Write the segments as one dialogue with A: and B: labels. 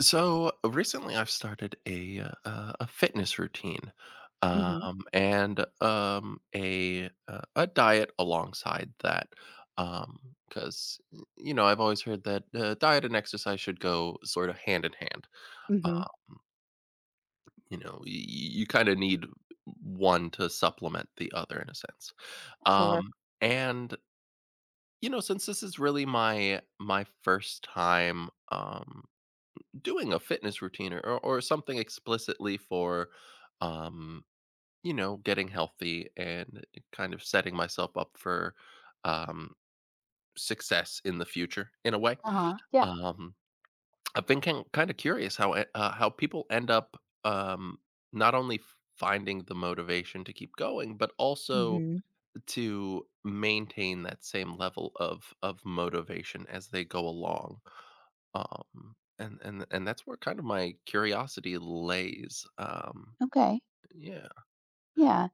A: So recently, I've started a fitness routine,
B: Mhm.
A: um, and a diet alongside that, because you know I've always heard that diet and exercise should go sort of hand in hand. Um,
B: Mhm.
A: you know, you kind of need one to supplement the other in a sense.
B: Sure.
A: Um, and You know, since this is really my first time, doing a fitness routine or something explicitly for um you know getting healthy and kind of setting myself up for um success in the future in a way.
B: Uh-huh. Yeah.
A: um I've been kind of curious how people end up not only finding the motivation to keep going, but also
B: Mhm.
A: to maintain that same level of motivation as they go along. And that's where kind of my curiosity lays.
B: Okay.
A: Yeah.
B: Yeah.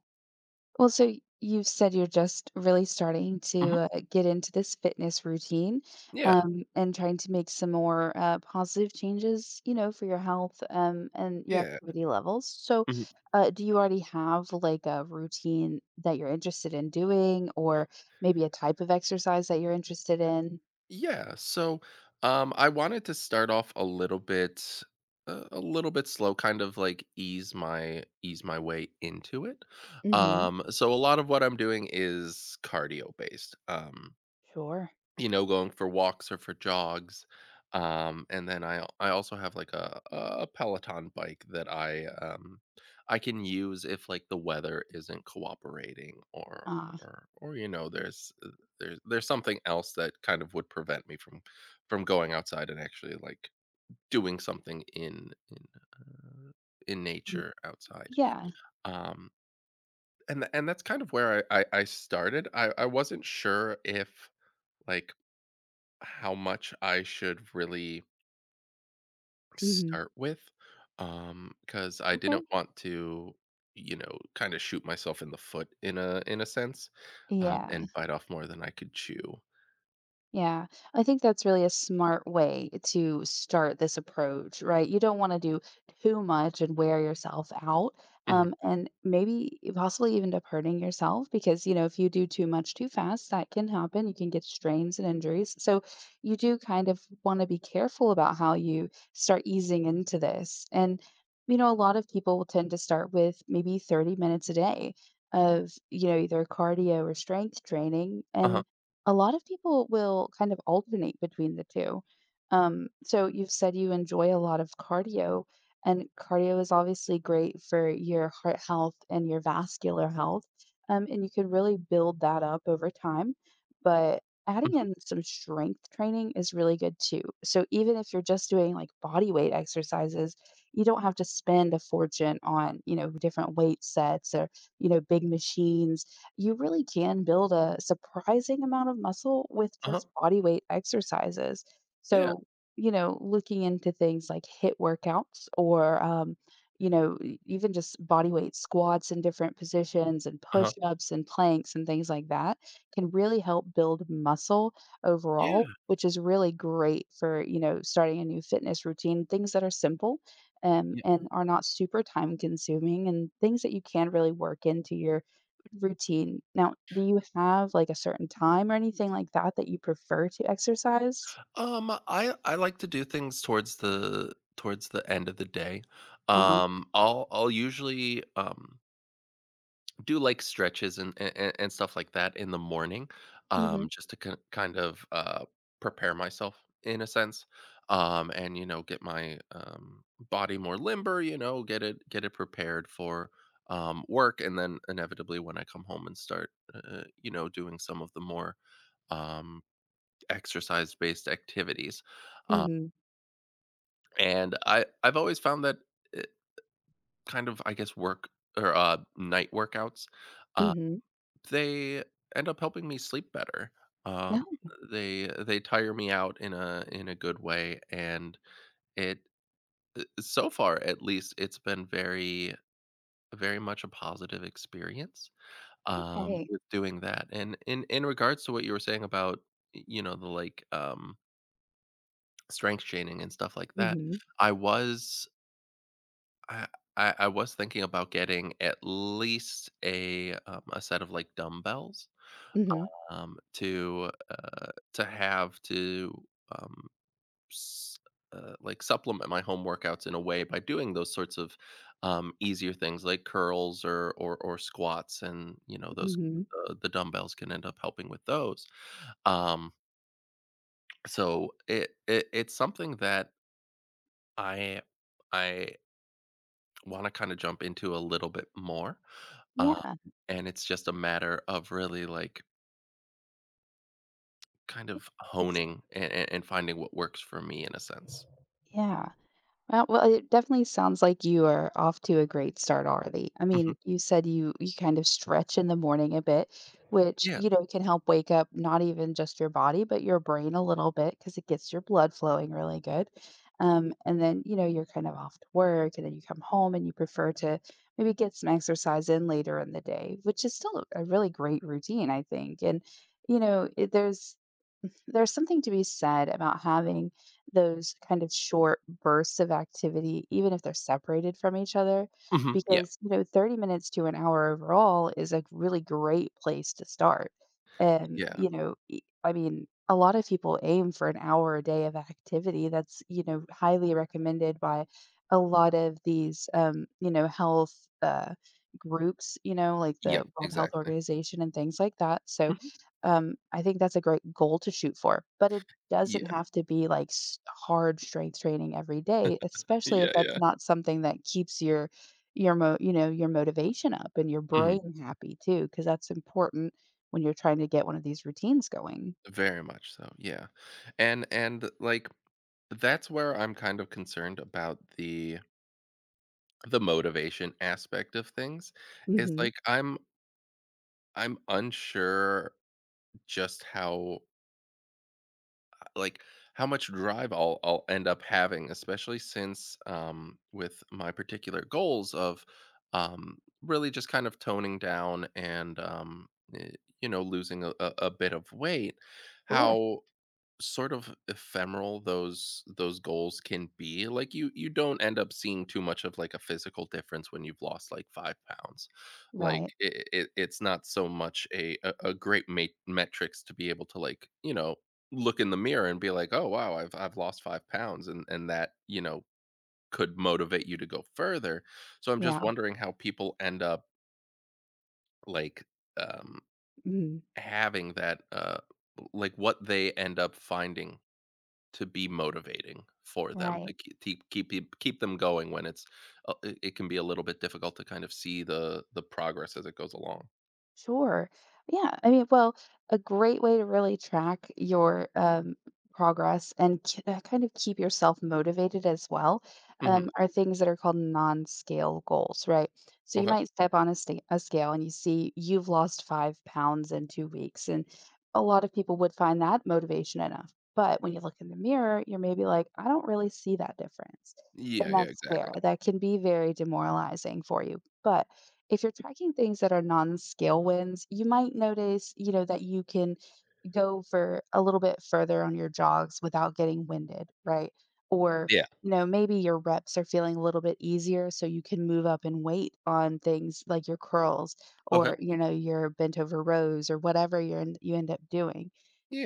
B: Well, so y- you said you're just really starting
A: Mhm.
B: to get into this fitness routine
A: Yeah.
B: and trying to make some more positive changes, you know, for your health and your
A: Yeah.
B: activity levels. So,
A: Mhm.
B: do you already have like a routine that you're interested in doing, or maybe a type of exercise that you're interested in?
A: Yeah. So, I wanted to start off a little bit, a little bit slow, kind of like ease my way into it.
B: Mhm.
A: So a lot of what I'm doing is cardio based.
B: Sure.
A: You know, going for walks or for jogs, and then I also have, like, a Peloton bike that I can use if, like, the weather isn't cooperating, or
B: Ah,
A: or, you know, there's something else that kind of would prevent me from going outside and actually, like, doing something in
B: mm,
A: nature outside.
B: yeah.
A: Um, and tha and that's kind of where I started. I wasn't sure if, like, how much I should really
B: Hmm.
A: start with, because I
B: Okay.
A: didn't want to, you know, kinda shoot myself in the foot in a sense,
B: Yeah.
A: and bite off more than I could chew.
B: Yeah, I think that's really a smart way to start this approach, right? You don't want to do too much and wear yourself out,
A: Mhm.
B: and maybe possibly even up hurting yourself because, you know, if you do too much too fast, that can happen. You can get strains and injuries. So you do kind of want to be careful about how you start easing into this. And, you know, a lot of people will tend to start with maybe 30 minutes a day of, you know, either cardio or strength training.
A: Uh-huh.
B: And a lot of people will kind of alternate between the two. So you've said you enjoy a lot of cardio, and cardio is obviously great for your heart health and your vascular health. And you can really build that up over time. But adding
A: Mhm.
B: in some strength training is really good too. So even if you're just doing like body weight exercises, you don't have to spend a fortune on, you know, different weight sets or, you know, big machines you really can build a surprising amount of muscle with
A: Uh-huh.
B: just body weight exercises.
A: Yeah.
B: So, you know, looking into things like HIIT workouts or, you know, even just body weight squats in different positions and
A: Uh-huh.
B: push ups and planks and things like that can really help build muscle
A: Yeah.
B: overall, which is really great for, you know, starting a new fitness routine, things that are simple
A: Yeah.
B: and are not super time consuming and things that you can really work into your routine. Now, do you have, like, a certain time or anything like that that you prefer to exercise?
A: I like to do things towards the end of the day.
B: Uh-huh.
A: I'll usually, do like stretches and stuff like that in the morning,
B: Mhm.
A: just to kind of, prepare myself in a sense, and, you know, get my, body more limber, you know, get it prepared for, work, and then inevitably when I come home and start, you know, doing some of the more, um, exercise-based activities, um,
B: Mhm.
A: and I've always found that it kind of, I guess, work or, night workouts, um
B: Mhm.
A: they end up helping me sleep better. Um,
B: No,
A: they tire me out in a good way, and it so far at least it's been very much a positive experience,
B: okay.
A: with doing that. And in regards to what you were saying about, you know, the like strength training and stuff like that,
B: Mhm.
A: I was I I was thinking about getting at least a set of like dumbbells,
B: Mhm.
A: to have to um, s- like supplement my home workouts in a way by doing those sorts of easier things like curls or squats, and you know those,
B: Mhm.
A: the dumbbells can end up helping with those. Um, so it, it's something that I I want to kind of jump into a little bit more, uh,
B: Yeah,
A: and it's just a matter of really, like, kind of
B: it's
A: honing and finding what works for me in a sense.
B: yeah. Well, it definitely sounds like you are off to a great start already. I
A: Mhm.
B: mean, you said you kind of stretch in the morning a bit, which,
A: Yeah.
B: you know, can help wake up not even just your body, but your brain a little bit because it gets your blood flowing really good. And then, you know, you're kind of off to work and then you come home and you prefer to maybe get some exercise in later in the day, which is still a really great routine, I think. And, you know, it, there's something to be said about having those kind of short bursts of activity, even if they're separated from each other,
A: Mhm. Yeah.
B: because you know, 30 minutes to an hour overall is a really great place to start. And
A: Yeah.
B: you know, I mean, a lot of people aim for an hour a day of activity. That's you know highly recommended by a lot of these you know health uh, groups. You know, like the
A: Yep.
B: World Health
A: Exactly.
B: Organization and things like that. So
A: Mhm.
B: I think that's a great goal to shoot for, but it doesn't
A: Yeah.
B: have to be like hard strength training every day, especially if
A: Yeah.
B: that's
A: Yeah.
B: not something that keeps your your motivation up and your
A: Mhm.
B: brain happy too, because that's important when you're trying to get one of these routines going.
A: Very much so. Yeah. And like that's where I'm kind of concerned about the motivation aspect of things is
B: Hmm.
A: like I'm unsure just how, like, how much drive I'll end up having, especially since with my particular goals of really just kind of toning down and, eh, you know, losing a bit of weight.
B: Sure.
A: How sort of ephemeral those goals can be. Like, you don't end up seeing too much of like a physical difference when you've lost like 5 pounds. Like
B: Right.
A: it, it's not so much a great metrics to be able to, like, you know, look in the mirror and be like, oh wow, I've lost 5 pounds, and that, you know, could motivate you to go further. So I'm just
B: Yeah.
A: wondering how people end up, like, um
B: Mhm.
A: having that, like, what they end up finding to be motivating for them
B: Right.
A: to keep them going when it's, it it can be a little bit difficult to kind of see the progress as it goes along.
B: Sure. Yeah. I mean, well, a great way to really track your progress and kind of keep yourself motivated as well
A: Mhm.
B: are things that are called non scale goals, right? So you
A: Okay.
B: might step on a scale and you see you've lost 5 pounds in 2 weeks. And a lot of people would find that motivation enough. But when you look in the mirror, you're maybe like, I don't really see that difference.
A: Yeah,
B: And
A: yeah,
B: that's
A: exactly.
B: fair. That can be very demoralizing for you. But if you're tracking things that are non-scale wins, you might notice, you know, that you can go for a little bit further on your jogs without getting winded, right? Or,
A: Yeah.
B: you know, maybe your reps are feeling a little bit easier so you can move up in weight on things like your curls
A: Okay.
B: or, you know, your bent over rows or whatever you end up doing.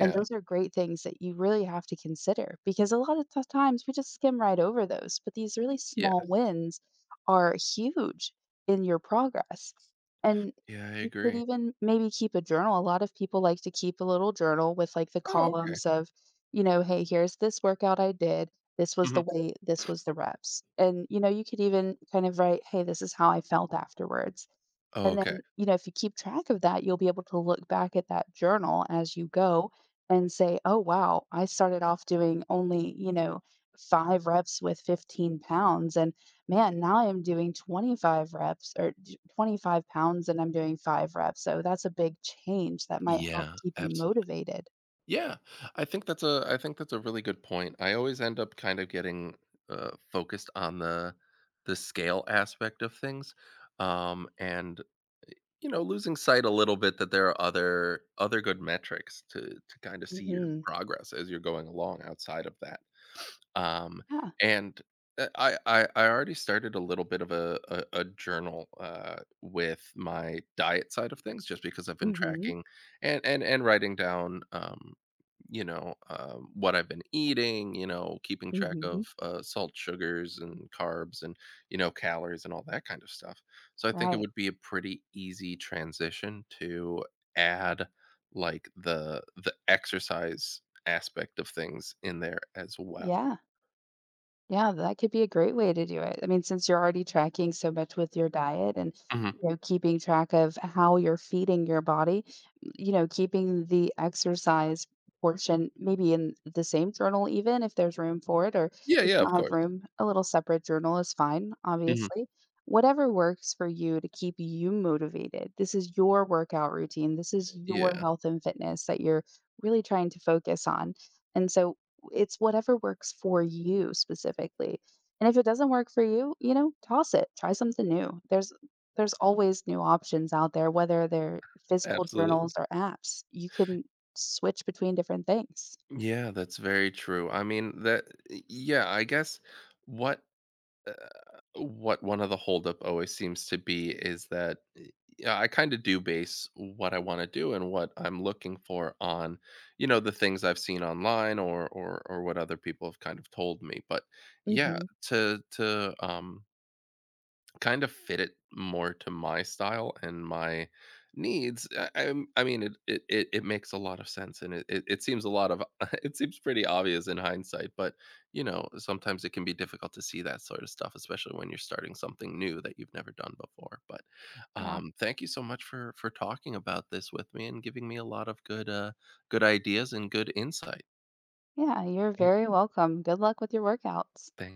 B: And those are great things that you really have to consider because a lot of times we just skim right over those, but these really small
A: Yes.
B: wins are huge in your progress. And
A: Yeah, I
B: you could
A: agree.
B: even maybe keep a journal. A lot of people like to keep a little journal with like the
A: Oh, okay.
B: columns of, you know, hey, here's this workout I did. This was
A: Mhm.
B: the weight, this was the reps. And, you know, you could even kind of write, hey, this is how I felt afterwards and
A: Okay.
B: then, you know, if you keep track of that, you'll be able to look back at that journal as you go and say, oh, wow, I started off doing only, you know, 5 reps with 15 pounds. And man, now I'm doing 25 reps or 25 pounds and I'm doing 5 reps. So that's a big change that might help
A: Yeah,
B: keep you
A: absolutely.
B: motivated.
A: Yeah, I think that's a really good point. I always end up kind of getting, focused on the scale aspect of things, and you know, losing sight a little bit that there are other good metrics to kind of see your
B: Hmm.
A: progress as you're going along outside of that. Um,
B: Yeah.
A: and I, I already started a little bit of a journal, with my diet side of things, just because I've been
B: Hmm.
A: tracking and writing down, you know, what I've been eating, you know, keeping track
B: Hmm.
A: of, salt, sugars, and carbs, and you know calories and all that kind of stuff. So I think it
B: Right.
A: would be a pretty easy transition to add, like, the exercise aspect of things in there as well.
B: Yeah. Yeah, that could be a great way to do it. I mean, since you're already tracking so much with your diet and
A: Mhm.
B: you know, keeping track of how you're feeding your body, you know, keeping the exercise portion maybe in the same journal, even if there's room for it, or
A: Yeah,
B: if
A: yeah,
B: you
A: of
B: don't have
A: course.
B: room, a little separate journal is fine,
A: Mhm.
B: obviously. Whatever works for you to keep you motivated. This is your workout routine. This is your
A: Yeah,
B: health and fitness that you're really trying to focus on. And so, it's whatever works for you specifically. And if it doesn't work for you, you know, toss it. Try something new. There's always new options out there, whether they're physical
A: absolutely.
B: journals or apps. You can switch between different things.
A: Yeah, that's very true. I mean, that yeah, I guess what Uh, what one of the holdup always seems to be is that, yeah, I kind of do base what I want to do and what I'm looking for on, you know, the things I've seen online, or what other people have kind of told me. But yeah,
B: Hmm.
A: to kind of fit it more to my style and my needs. I mean, it, it makes a lot of sense, and it, it seems a lot of it seems pretty obvious in hindsight. But you know, sometimes it can be difficult to see that sort of stuff, especially when you're starting something new that you've never done before. But
B: Yeah.
A: thank you so much for talking about this with me and giving me a lot of good, good ideas and good insight.
B: Yeah, you're
A: Yeah,
B: very welcome. Good luck with your workouts.
A: thank